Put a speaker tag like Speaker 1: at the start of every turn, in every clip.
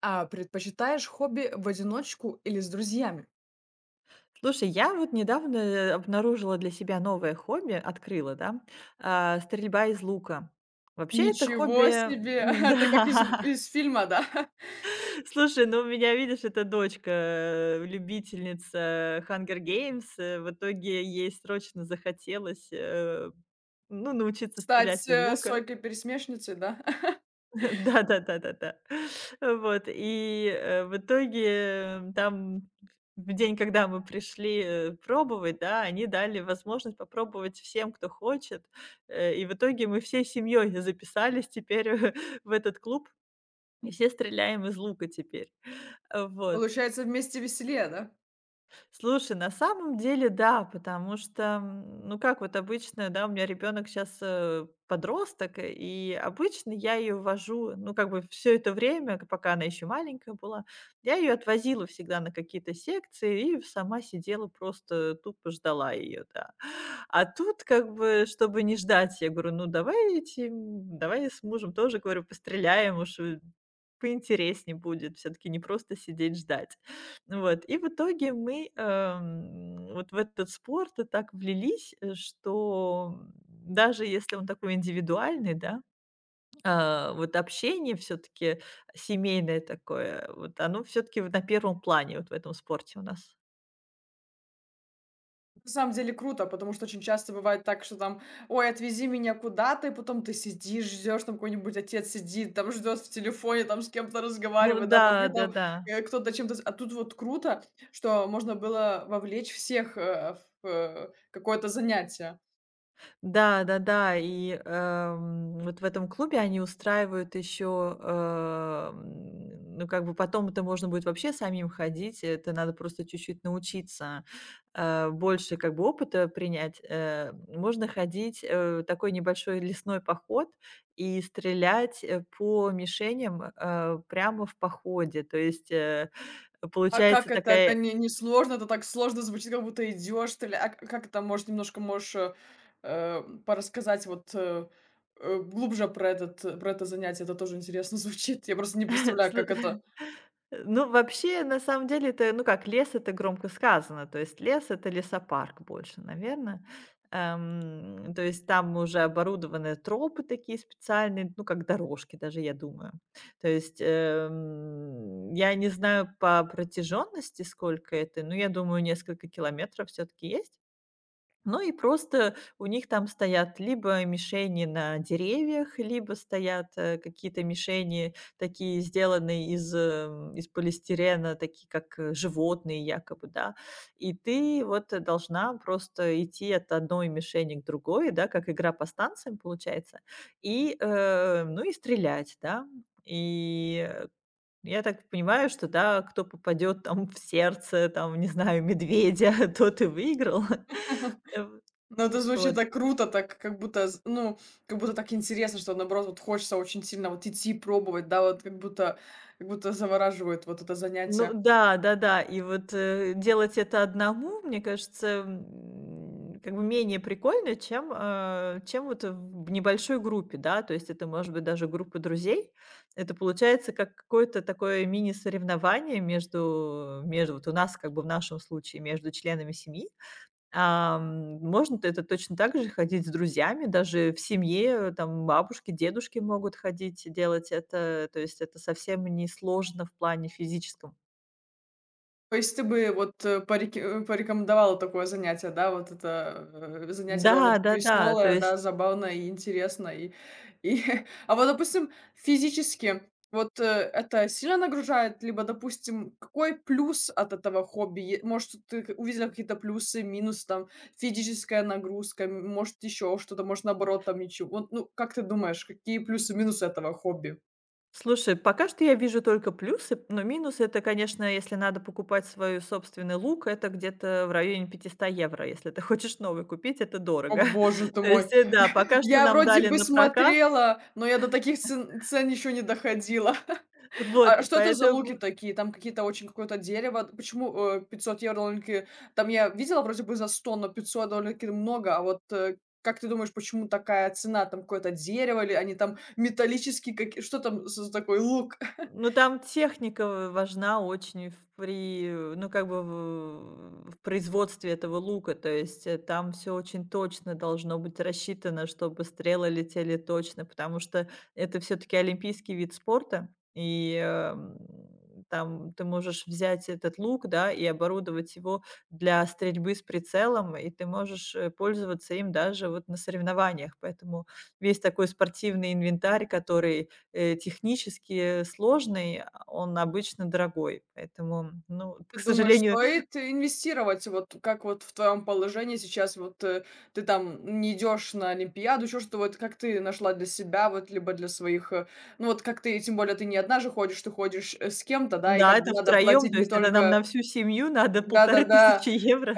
Speaker 1: А предпочитаешь хобби в одиночку или с друзьями?
Speaker 2: Слушай, я вот недавно, обнаружила для себя новое хобби, открыла, да, стрельба из лука. Вообще это хобби,
Speaker 1: Ничего себе! Это как из
Speaker 2: да.
Speaker 1: из фильма, да?
Speaker 2: Слушай, ну у меня, видишь, это дочка, любительница Hunger Games. В итоге ей срочно захотелось, ну, научиться
Speaker 1: Стать,
Speaker 2: стрелять из лука.
Speaker 1: Сойкой-пересмешницей, да?
Speaker 2: Да-да-да-да-да. Вот, и, в итоге, там в день, когда мы пришли, пробовать, да, они дали возможность попробовать всем, кто хочет. И в итоге мы всей семьей записались теперь в этот клуб, и все стреляем из лука теперь. Вот.
Speaker 1: Получается, вместе веселее, да?
Speaker 2: Слушай, на самом деле, да, потому что, ну, как вот обычно, да, у меня ребенок сейчас подросток, и обычно я ее вожу, ну, как бы все это время, пока она еще маленькая была, я ее отвозила всегда на какие-то секции и сама сидела просто тупо ждала ее, да. А тут, как бы, чтобы не ждать, я говорю, ну, давайте, давай с мужем тоже, говорю, постреляем, уж, поинтереснее будет, все-таки не просто сидеть ждать. Вот, и в итоге мы, вот в этот спорт и так влились, что, даже если он такой индивидуальный, да, вот общение все таки семейное такое, вот оно все таки на первом плане вот в этом спорте у нас.
Speaker 1: На самом деле круто, потому что очень часто бывает так, что там: "Ой, отвези меня куда-то", и потом ты сидишь, ждешь, там какой-нибудь отец сидит, там ждет в телефоне, там с кем-то
Speaker 2: Ну
Speaker 1: разговаривает, да,
Speaker 2: да,
Speaker 1: пока там,
Speaker 2: да-да.
Speaker 1: кто-то чем-то з а тут вот круто, что можно было вовлечь всех, в, какое-то занятие.
Speaker 2: Да-да-да, и, вот в этом клубе они устраивают еще, ну, как бы потом это можно будет вообще самим ходить, это надо просто чуть-чуть научиться, больше как бы опыта принять. Можно ходить, такой небольшой лесной поход и стрелять, по мишеням, прямо в походе. То есть,
Speaker 1: А как
Speaker 2: получается
Speaker 1: это? Это
Speaker 2: такая...
Speaker 1: не сложно, это так сложно звучит, как будто идешь, что ли. А к как это, может, немножко можешь, порассказать вот, глубже про про это занятие? Это тоже интересно звучит. Я просто не представляю,
Speaker 2: Сл
Speaker 1: как это.
Speaker 2: Ну, вообще, на самом деле, это, ну как, это громко сказано. То есть это лесопарк больше, наверное. То есть там уже оборудованы тропы такие специальные, ну, как дорожки даже, я думаю. То есть, я не знаю по протяженности сколько это, но я думаю, несколько километров все таки есть. Ну и просто у них там стоят либо мишени на деревьях, либо стоят, какие-то мишени, такие сделанные из, из полистирена, такие как, животные якобы, да. И ты вот, должна просто идти от одной мишени к другой, да, как игра по станциям получается, и, ну и стрелять, да. И, я так понимаю, что, да, кто попадет там в сердце, там, не знаю, медведя, тот и выиграл.
Speaker 1: Но это звучит
Speaker 2: Вот.
Speaker 1: так круто, так как будто з ну, как будто так интересно, что наоборот вот хочется очень сильно вот идти пробовать, да, вот как будто завораживает вот это
Speaker 2: Ну
Speaker 1: занятие.
Speaker 2: да, да-да. И вот, делать это одному, мне кажется, как бы менее прикольно, чем вот в небольшой группе, да. То есть это может быть даже группа друзей. Это получается как какое-то такое мини-соревнование между вот у нас, как бы в нашем случае, между членами семьи. Можно, т это точно так же ходить с друзьями, даже в семье, там бабушки, дедушки могут ходить и делать это. То есть это совсем не сложно в плане физическом.
Speaker 1: То есть ты бы вот, порекомендовала такое занятие, да? Вот это, занятие довольно-таки
Speaker 2: Да-да-да, то
Speaker 1: веселое,
Speaker 2: есть,
Speaker 1: да, забавное и интересно и а вот, допустим, физически вот, это сильно нагружает? Либо, допустим, какой плюс от этого хобби? Е может, ты к увидела какие-то плюсы, минусы, там, физическая нагрузка, может, еще что-то, может, наоборот, там ничего. Вот, ну, как ты думаешь, какие плюсы, минусы этого хобби?
Speaker 2: слушай, пока что я вижу только плюсы, но это, конечно, если надо покупать свой собственный лук, это где-то в районе 500 евро. Если ты хочешь новый купить, это
Speaker 1: О
Speaker 2: дорого.
Speaker 1: боже ты
Speaker 2: То
Speaker 1: мой!
Speaker 2: есть, да, пока что
Speaker 1: Я
Speaker 2: нам
Speaker 1: вроде
Speaker 2: дали
Speaker 1: бы
Speaker 2: на прокат.
Speaker 1: смотрела, но я до таких цен еще не доходила. А
Speaker 2: Вот,
Speaker 1: что это за луки
Speaker 2: поэтому...
Speaker 1: такие? Там какие-то очень какое-то дерево. Почему, 500 евро довольно-таки... Там я видела вроде бы за 100, но 500 довольно-таки много. А вот, как ты думаешь, почему такая цена? Там какое-то дерево или они там металлические какие? Что там за такой лук?
Speaker 2: Ну, там техника важна очень ну, как бы в производстве этого лука. То есть, там все очень точно должно быть рассчитано, чтобы стрелы летели точно, потому что это все таки олимпийский вид спорта. И, там ты можешь взять этот лук, да, и оборудовать его для стрельбы с прицелом, и ты можешь, пользоваться им даже вот на соревнованиях. Поэтому весь такой спортивный инвентарь, который, технически сложный, он обычно дорогой. Поэтому, ну,
Speaker 1: Ты
Speaker 2: к
Speaker 1: думаешь,
Speaker 2: сожалению,
Speaker 1: стоит инвестировать, вот как вот в твоем положении сейчас, ты там не идешь на Олимпиаду, еще что, вот как ты нашла для себя, вот либо для своих, ну вот как ты, тем более ты не одна же ходишь, ты ходишь с кем-то, да, и
Speaker 2: да,
Speaker 1: как бы
Speaker 2: это
Speaker 1: надо
Speaker 2: втроем,
Speaker 1: платить
Speaker 2: то
Speaker 1: не
Speaker 2: есть это нам
Speaker 1: только,
Speaker 2: на всю семью надо полторы
Speaker 1: да-да-да,
Speaker 2: тысячи евро.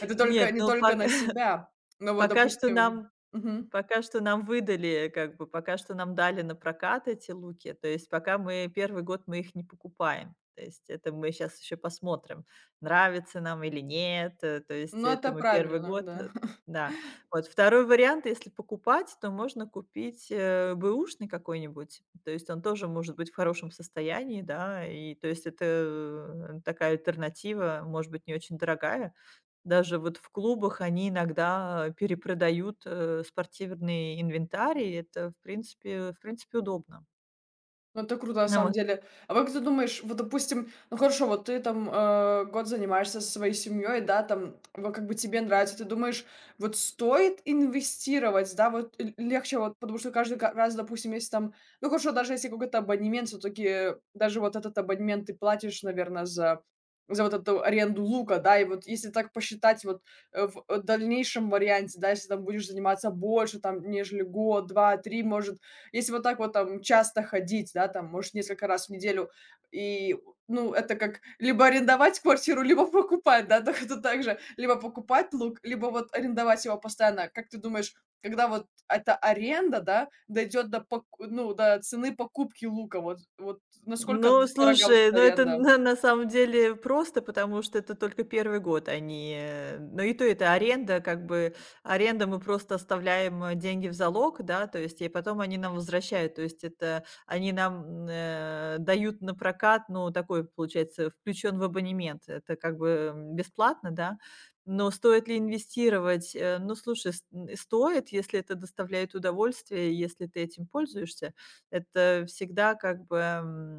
Speaker 1: это только
Speaker 2: Нет,
Speaker 1: не
Speaker 2: ну,
Speaker 1: только
Speaker 2: пок
Speaker 1: на себя, но вот
Speaker 2: пока что
Speaker 1: допустим,
Speaker 2: нам
Speaker 1: мгм.
Speaker 2: Пока что нам выдали, как бы, пока что нам дали на прокат эти луки. То есть пока мы первый год мы их не покупаем. То есть это мы сейчас еще посмотрим, нравится нам или нет. То есть
Speaker 1: Ну
Speaker 2: это
Speaker 1: это
Speaker 2: мы первый
Speaker 1: правильно,
Speaker 2: год,
Speaker 1: да.
Speaker 2: да. Вот второй вариант, если покупать, то можно купить, бэушный какой-нибудь. То есть он тоже может быть в хорошем состоянии, да. И то есть это, такая альтернатива, может быть, не очень дорогая. Даже вот в клубах они иногда, перепродают, спортивный инвентарь, и это, в принципе, удобно.
Speaker 1: Ну, это круто, на самом
Speaker 2: Вот.
Speaker 1: деле. А вот как ты думаешь, вот, допустим, ну хорошо, вот ты там год занимаешься со своей семьей, да, там, вот как бы тебе нравится, ты думаешь, вот стоит инвестировать, да, вот легче, вот, потому что каждый раз, допустим, если там, ну хорошо, даже если какой-то абонемент, все-таки даже вот этот абонемент ты платишь, наверное, за вот эту аренду лука, да, и вот если так посчитать вот в дальнейшем варианте, да, если там будешь заниматься больше, там, нежели год, два, три, может, если вот так вот там часто ходить, да, там, может, несколько раз в неделю, и, ну, это как либо арендовать квартиру, либо покупать, да, так это так же. Либо покупать лук, либо вот арендовать его постоянно. Как ты думаешь, когда вот эта аренда, да, дойдет до пок ну, до цены покупки лука, вот насколько
Speaker 2: Ну,
Speaker 1: дорога вот
Speaker 2: слушай,
Speaker 1: эта
Speaker 2: ну это
Speaker 1: аренда?
Speaker 2: на самом деле просто, потому что это только первый год, они, ну и то это аренда, как бы аренда, мы просто оставляем, деньги в залог, да, то есть и потом они нам возвращают. То есть это они нам, дают на прокат, ну, такой, получается, включен в абонемент. Это как бы, бесплатно, да. Но стоит ли инвестировать? Ну, слушай, с н стоит, если это доставляет удовольствие, если ты этим пользуешься. Это всегда как бы...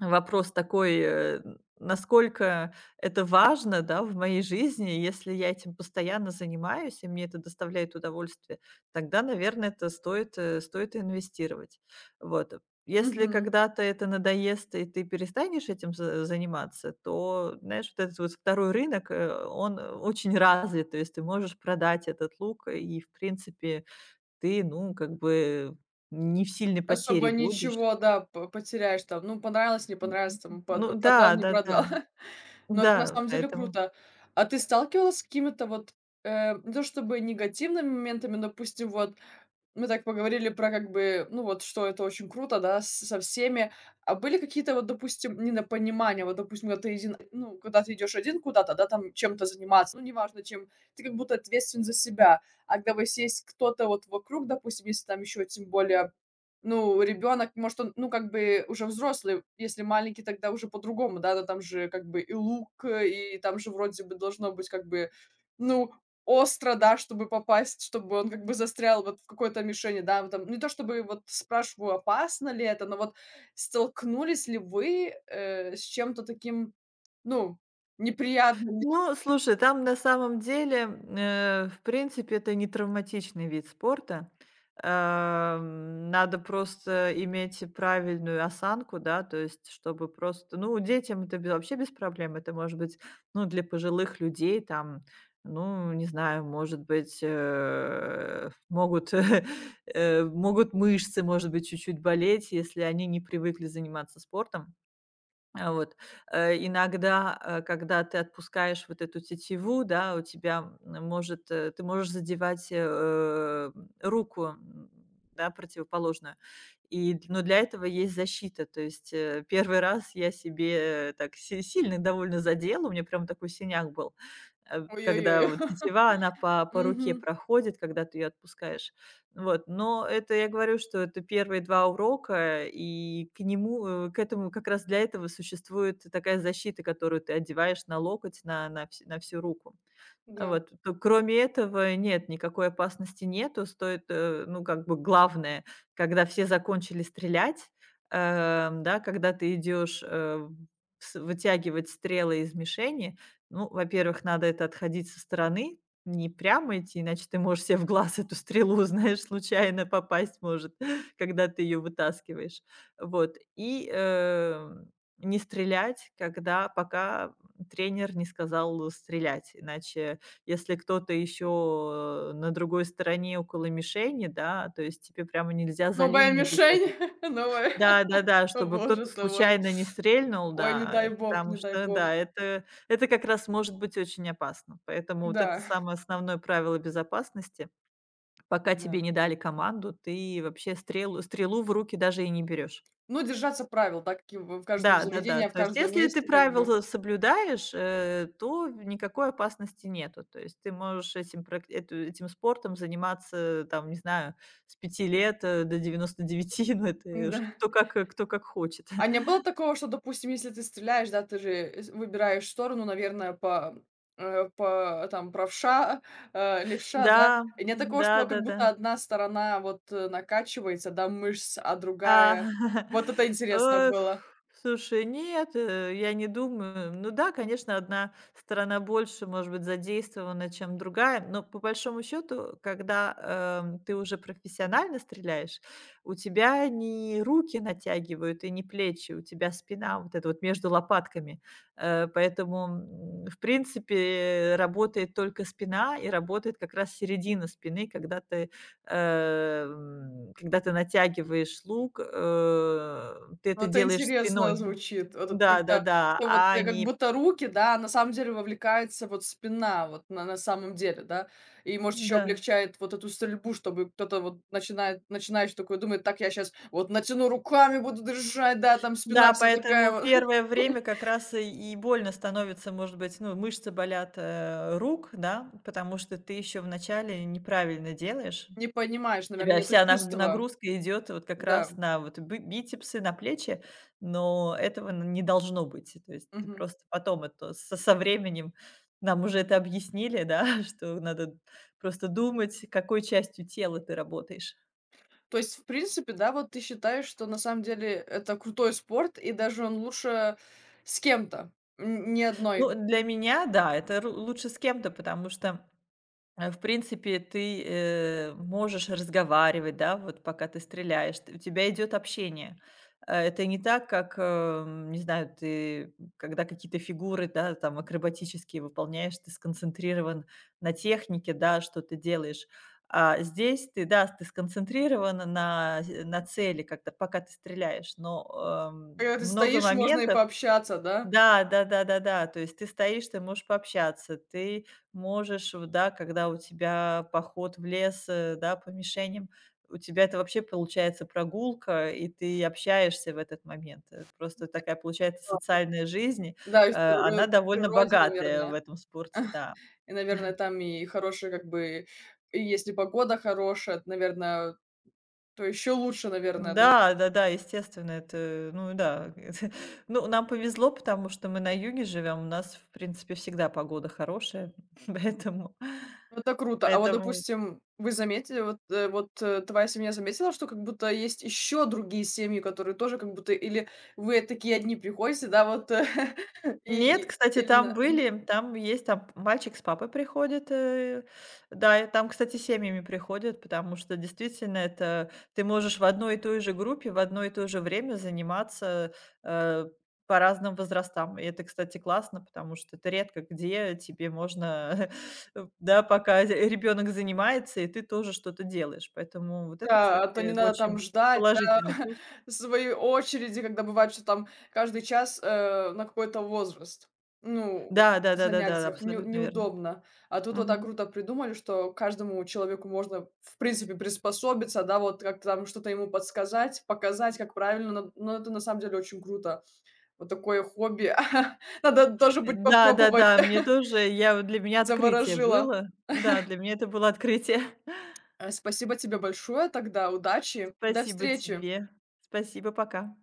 Speaker 2: Вопрос такой, насколько это важно, да, в моей жизни. Если я этим постоянно занимаюсь и мне это доставляет удовольствие, тогда, наверное, это стоит инвестировать. Вот. Если
Speaker 1: Мгм.
Speaker 2: когда-то это надоест и ты перестанешь этим заниматься, то, знаешь, вот этот вот второй рынок, он, очень развит, то есть ты можешь продать этот лук, и, в принципе, ты, ну, как бы не в сильной потере
Speaker 1: Особо
Speaker 2: будешь.
Speaker 1: ничего, да, п потеряешь там. Ну, понравилось, не понравилось, там,
Speaker 2: Ну
Speaker 1: под продал,
Speaker 2: да,
Speaker 1: не
Speaker 2: да,
Speaker 1: продал.
Speaker 2: да.
Speaker 1: Но это на
Speaker 2: Да,
Speaker 1: самом деле
Speaker 2: поэтому.
Speaker 1: круто. А ты сталкивалась с какими-то вот, не то чтобы негативными моментами, допустим, вот мы так поговорили про как бы, ну вот, что это очень круто, да, со всеми. А были какие-то вот, допустим, недопонимания, вот, допустим, когда ты один, ну, когда ты идешь один куда-то, да, там чем-то заниматься, ну, неважно чем, ты как будто ответственен за себя. А когда вот есть кто-то вот вокруг, допустим, если там еще тем более, ну, ребенок, может, он, ну, как бы уже взрослый, если маленький, тогда уже по-другому, да, да, там же как бы и лук, и там же вроде бы должно быть как бы ну, остро, да, чтобы попасть, чтобы он как бы застрял вот в какой-то мишени, да, вот там. Не то чтобы вот спрашиваю, опасно ли это, но вот столкнулись ли вы, с чем-то таким, ну, неприятным?
Speaker 2: Ну, слушай, там на самом деле, в принципе, это не травматичный вид спорта. Надо просто иметь правильную осанку, да, то есть чтобы просто, ну, детям это бе вообще без проблем. Это может быть, ну, для пожилых людей там, ну, не знаю, может быть, могут мышцы, может быть, чуть-чуть болеть, если они не привыкли заниматься спортом. А вот, иногда, когда ты отпускаешь вот эту тетиву, да, у тебя, ты можешь задевать, руку, да, противоположную. И, д но для этого есть защита. То есть, 1 раз я себе, так си сильно довольно задела, у меня прям такой синяк был,
Speaker 1: Ой-ой-ой.
Speaker 2: когда вот тетива, она по руке
Speaker 1: Мгм.
Speaker 2: проходит, когда ты ее отпускаешь. Вот, но это я говорю, что это первые 2 урока, и к этому как раз для этого существует такая защита, которую ты одеваешь на локоть, на всю руку. А
Speaker 1: Да.
Speaker 2: вот, то кроме этого нет, никакой опасности нету. Стоит, ну, как бы главное, когда все закончили стрелять, да, когда ты идешь, э, с вытягивать стрелы из мишени, ну, во-первых, надо это отходить со стороны, не прямо идти, иначе ты можешь себе в глаз эту стрелу, знаешь, случайно попасть может, когда ты ее вытаскиваешь. Вот. И, не стрелять, когда пока тренер не сказал стрелять, иначе если кто-то еще, на другой стороне около мишени, да, то есть тебе прямо нельзя за
Speaker 1: Новая
Speaker 2: линию
Speaker 1: мишень,
Speaker 2: выходить.
Speaker 1: новая.
Speaker 2: Да-да-да,
Speaker 1: О
Speaker 2: чтобы кто-то
Speaker 1: боже твой,
Speaker 2: случайно не стрельнул,
Speaker 1: ой, не
Speaker 2: да,
Speaker 1: дай бог,
Speaker 2: потому
Speaker 1: не дай
Speaker 2: что,
Speaker 1: бог.
Speaker 2: да, это как раз может быть очень опасно. Поэтому вот это
Speaker 1: Да,
Speaker 2: самое основное правило безопасности. Пока тебе
Speaker 1: да.
Speaker 2: не дали команду, ты вообще стрелу в руки даже и не берешь.
Speaker 1: Ну, держаться правил, да, каким в каждом
Speaker 2: Да,
Speaker 1: заведении,
Speaker 2: да-да.
Speaker 1: а в
Speaker 2: То есть
Speaker 1: каждом
Speaker 2: если ты
Speaker 1: месте как бы.
Speaker 2: правила соблюдаешь, то никакой опасности нету. То есть ты можешь этим прак эту этим спортом заниматься, там, не знаю, с 5 лет, до 99, ну, это уж
Speaker 1: Да.
Speaker 2: кто как хочет.
Speaker 1: А не было такого, что, допустим, если ты стреляешь, да, ты же э, с выбираешь сторону, наверное, по, по там правша, левша,
Speaker 2: Да,
Speaker 1: да? И нет такого, что как
Speaker 2: да-да-да.
Speaker 1: будто одна сторона вот, накачивается, да, мышц, а
Speaker 2: А,
Speaker 1: другая... Вот это интересно
Speaker 2: э,
Speaker 1: было.
Speaker 2: слушай, нет, я не думаю. Ну да, конечно, одна сторона больше, может быть, задействована, чем другая, но по большому счету, когда, ты уже профессионально стреляешь, у тебя не руки натягивают и не плечи, у тебя спина вот это вот между лопатками. Поэтому, в принципе, работает только спина и работает как раз середина спины, когда ты натягиваешь лук, ты
Speaker 1: Ну,
Speaker 2: это
Speaker 1: это
Speaker 2: делаешь
Speaker 1: интересно
Speaker 2: спиной.
Speaker 1: звучит. Вот это как-то,
Speaker 2: Да-да-да,
Speaker 1: что вот,
Speaker 2: а
Speaker 1: как
Speaker 2: они.
Speaker 1: будто руки, да, на самом деле вовлекается вот спина, вот на самом деле, да. И, может, еще
Speaker 2: Да.
Speaker 1: облегчает вот эту стрельбу, чтобы кто-то вот начинает, начинающий такой думает, так я сейчас вот натяну руками, буду держать, да, там спина
Speaker 2: Да,
Speaker 1: вся такая
Speaker 2: поэтому
Speaker 1: вот.
Speaker 2: первое время как раз и больно становится, может быть, ну, мышцы болят, рук, да, потому что ты еще вначале неправильно делаешь.
Speaker 1: Не понимаешь,
Speaker 2: У
Speaker 1: наверное,
Speaker 2: тебя
Speaker 1: нету
Speaker 2: вся
Speaker 1: чувства.
Speaker 2: нагрузка идет вот как
Speaker 1: Да.
Speaker 2: раз на вот бы бицепсы, на плечи, но этого н не должно быть. То есть ты
Speaker 1: Мгм.
Speaker 2: просто потом это со временем нам уже это объяснили, да, что надо просто думать, какой частью тела ты работаешь.
Speaker 1: То есть, в принципе, да, вот ты считаешь, что на самом деле это крутой спорт, и даже он лучше с кем-то, не одной.
Speaker 2: Ну, для меня, да, это ру лучше с кем-то, потому что, в принципе, ты, можешь разговаривать, да, вот пока ты стреляешь. Т У тебя идет общение. Это не так, как, не знаю, ты, когда какие-то фигуры, да, там акробатические выполняешь, ты сконцентрирован на технике, да, что ты делаешь. А здесь ты, да, ты сконцентрирован на цели, когда пока ты стреляешь. Но,
Speaker 1: Когда ты
Speaker 2: много
Speaker 1: стоишь, можно и
Speaker 2: моментов...
Speaker 1: пообщаться, да?
Speaker 2: Да, да-да-да-да. То есть ты стоишь, ты можешь пообщаться, ты можешь, в да, когда у тебя поход в лес, да, по мишеням, у тебя это вообще получается прогулка, и ты общаешься в этот момент. Просто такая получается
Speaker 1: Да.
Speaker 2: социальная жизнь,
Speaker 1: Да, и
Speaker 2: она
Speaker 1: в
Speaker 2: довольно
Speaker 1: природе,
Speaker 2: богатая в
Speaker 1: наверное.
Speaker 2: этом спорте, да.
Speaker 1: И, наверное, там и хорошая как бы и если погода хорошая, наверное, то еще лучше, наверное, да?
Speaker 2: Да, да-да, естественно, это, ну да, это, ну, нам повезло, потому что мы на юге живем, у нас, в принципе, всегда погода хорошая, поэтому
Speaker 1: Ну, это круто. А вот,
Speaker 2: поэтому.
Speaker 1: допустим, вы заметили, вот, твоя семья заметила, что как будто есть еще другие семьи, которые тоже как будто или вы такие одни приходите, да, вот,
Speaker 2: Нет,
Speaker 1: и
Speaker 2: кстати, там
Speaker 1: или...
Speaker 2: были, там есть, там мальчик с папой приходит, да, и там, кстати, семьями приходят, потому что действительно это ты можешь в одной и той же группе, в одно и то же время заниматься, э, по разным возрастам. И это, кстати, классно, потому что это редко где тебе можно, да, пока ребенок занимается, и ты тоже что-то делаешь. Поэтому вот это,
Speaker 1: Да, а то не
Speaker 2: кстати,
Speaker 1: надо там
Speaker 2: очень
Speaker 1: ждать, да,
Speaker 2: положительный плюс.
Speaker 1: своей очереди, когда бывает, что там каждый час, на какой-то возраст. Ну,
Speaker 2: Да,
Speaker 1: в
Speaker 2: да-да-да-да,
Speaker 1: занятиях не
Speaker 2: абсолютно верно.
Speaker 1: неудобно. А тут вот так
Speaker 2: Мгм.
Speaker 1: круто придумали, что каждому человеку можно, в принципе, приспособиться, да, вот как-то там что-то ему подсказать, показать, как правильно. Но это на самом деле очень круто. Вот такое хобби. Надо тоже будет попробовать.
Speaker 2: Да-да-да, мне тоже, я вот для меня открытие
Speaker 1: Заворожило.
Speaker 2: было. Да, для меня это было открытие.
Speaker 1: Э, спасибо тебе большое тогда. Удачи и до
Speaker 2: Спасибо
Speaker 1: встречи!
Speaker 2: тебе. Спасибо, пока.